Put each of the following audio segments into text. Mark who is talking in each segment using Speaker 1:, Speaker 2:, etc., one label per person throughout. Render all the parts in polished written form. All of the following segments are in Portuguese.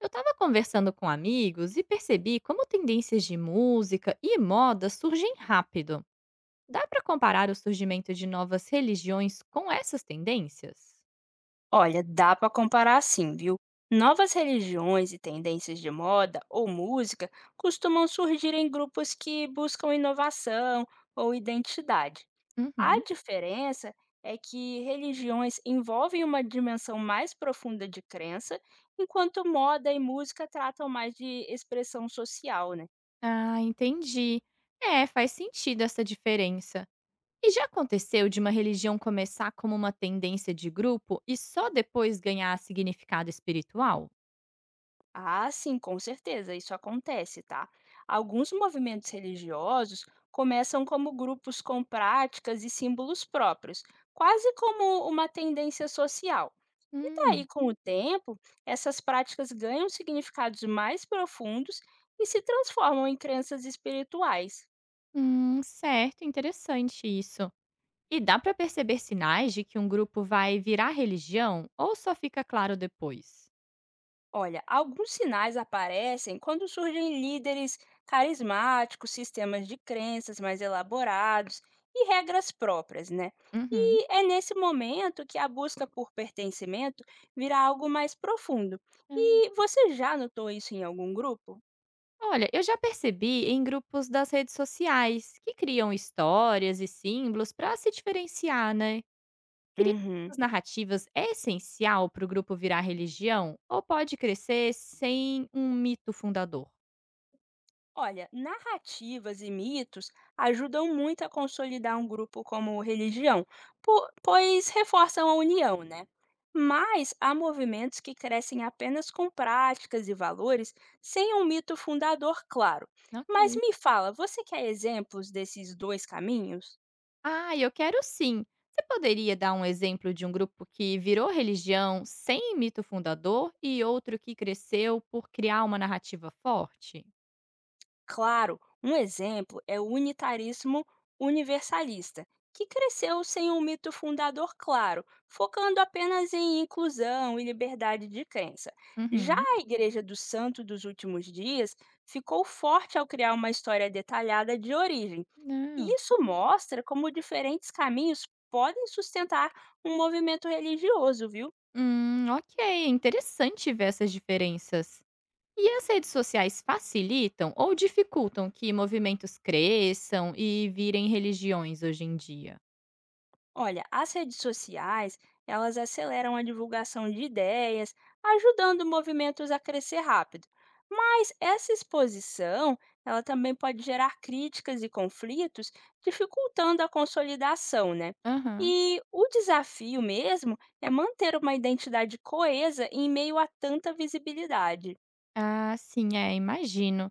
Speaker 1: Eu estava conversando com amigos e percebi como tendências de música e moda surgem rápido. Dá para comparar o surgimento de novas religiões com essas tendências?
Speaker 2: Olha, dá para comparar sim, viu? Novas religiões e tendências de moda ou música costumam surgir em grupos que buscam inovação ou identidade. A
Speaker 1: Uhum.
Speaker 2: diferença é que religiões envolvem uma dimensão mais profunda de crença, enquanto moda e música tratam mais de expressão social, né?
Speaker 1: Ah, entendi. É, faz sentido essa diferença. E já aconteceu de uma religião começar como uma tendência de grupo e só depois ganhar significado espiritual?
Speaker 2: Ah, sim, com certeza, isso acontece, tá? Alguns movimentos religiosos começam como grupos com práticas e símbolos próprios, quase como uma tendência social. E daí,
Speaker 1: Hum,
Speaker 2: com o tempo, essas práticas ganham significados mais profundos e se transformam em crenças espirituais.
Speaker 1: hum, certo, interessante isso. E dá para perceber sinais de que um grupo vai virar religião ou só fica claro depois?
Speaker 2: Olha, alguns sinais aparecem quando surgem líderes carismáticos, sistemas de crenças mais elaborados e regras próprias, né?
Speaker 1: Uhum.
Speaker 2: E é nesse momento que a busca por pertencimento vira algo mais profundo.
Speaker 1: É.
Speaker 2: E você já notou isso em algum grupo?
Speaker 1: Olha, eu já percebi em grupos das redes sociais que criam histórias e símbolos para se diferenciar, né? Criar
Speaker 2: Uhum.
Speaker 1: essas narrativas é essencial para o grupo virar religião ou pode crescer sem um mito fundador?
Speaker 2: Olha, narrativas e mitos ajudam muito a consolidar um grupo como religião, pois reforçam a união, né? Mas há movimentos que crescem apenas com práticas e valores, sem um mito fundador claro. Mas
Speaker 1: Ok.
Speaker 2: me fala, você quer exemplos desses dois caminhos?
Speaker 1: Ah, eu quero sim. Você poderia dar um exemplo de um grupo que virou religião sem mito fundador e outro que cresceu por criar uma narrativa forte?
Speaker 2: Claro, um exemplo é o unitarismo universalista, que cresceu sem um mito fundador claro, focando apenas em inclusão e liberdade de crença. Já
Speaker 1: Uhum.
Speaker 2: a Igreja do Santo dos Últimos Dias ficou forte ao criar uma história detalhada de origem. E
Speaker 1: Ah.
Speaker 2: isso mostra como diferentes caminhos podem sustentar um movimento religioso, viu?
Speaker 1: Ok. Interessante ver essas diferenças. E as redes sociais facilitam ou dificultam que movimentos cresçam e virem religiões hoje em dia?
Speaker 2: Olha, as redes sociais, elas aceleram a divulgação de ideias, ajudando movimentos a crescer rápido. Mas essa exposição, ela também pode gerar críticas e conflitos, dificultando a consolidação, né?
Speaker 1: Aham.
Speaker 2: E o desafio mesmo é manter uma identidade coesa em meio a tanta visibilidade.
Speaker 1: Ah, sim, é, imagino.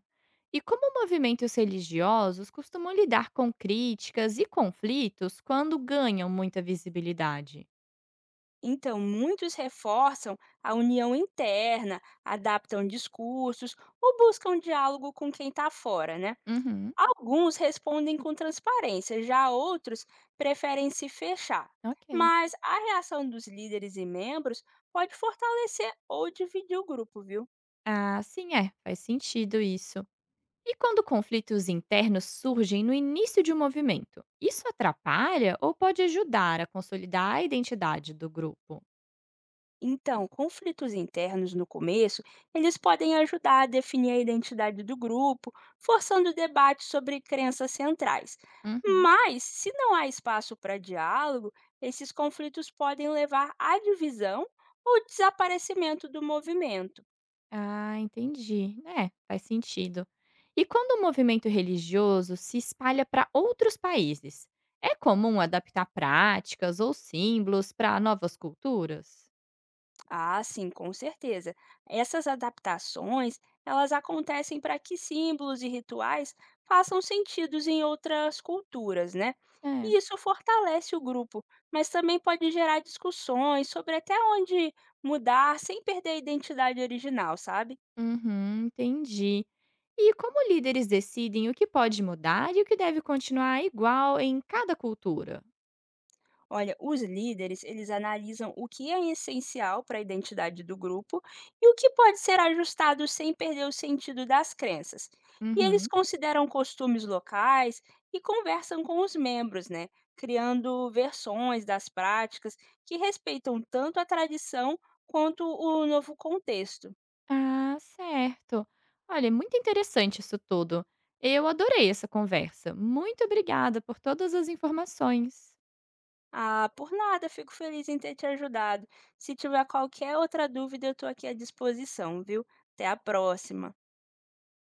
Speaker 1: E como movimentos religiosos costumam lidar com críticas e conflitos quando ganham muita visibilidade?
Speaker 2: Então, muitos reforçam a união interna, adaptam discursos ou buscam diálogo com quem está fora, né?
Speaker 1: Uhum,
Speaker 2: Alguns respondem com transparência, já outros preferem se fechar.
Speaker 1: ok.
Speaker 2: Mas a reação dos líderes e membros pode fortalecer ou dividir o grupo, viu?
Speaker 1: Ah, sim, é, faz sentido isso. E quando conflitos internos surgem no início de um movimento, isso atrapalha ou pode ajudar a consolidar a identidade do grupo?
Speaker 2: Então, conflitos internos no começo, eles podem ajudar a definir a identidade do grupo, forçando debates sobre crenças centrais.
Speaker 1: Uhum.
Speaker 2: Mas, se não há espaço para diálogo, esses conflitos podem levar à divisão ou desaparecimento do movimento.
Speaker 1: Ah, entendi. É, faz sentido. E quando o movimento religioso se espalha para outros países, é comum adaptar práticas ou símbolos para novas culturas?
Speaker 2: Ah, sim, com certeza. Essas adaptações, elas acontecem para que símbolos e rituais façam sentidos em outras culturas, né?
Speaker 1: É,
Speaker 2: E isso fortalece o grupo, mas também pode gerar discussões sobre até onde mudar sem perder a identidade original, sabe?
Speaker 1: uhum, entendi. E como líderes decidem o que pode mudar e o que deve continuar igual em cada cultura?
Speaker 2: Olha, os líderes, eles analisam o que é essencial para a identidade do grupo e o que pode ser ajustado sem perder o sentido das crenças. E eles
Speaker 1: Uhum.
Speaker 2: consideram costumes locais e conversam com os membros, né, criando versões das práticas que respeitam tanto a tradição quanto o novo contexto.
Speaker 1: Ah, certo. Olha, é muito interessante isso tudo. Eu adorei essa conversa. Muito obrigada por todas as informações.
Speaker 2: Ah, por nada, fico feliz em ter te ajudado. Se tiver qualquer outra dúvida, eu estou aqui à disposição, viu? Até a próxima.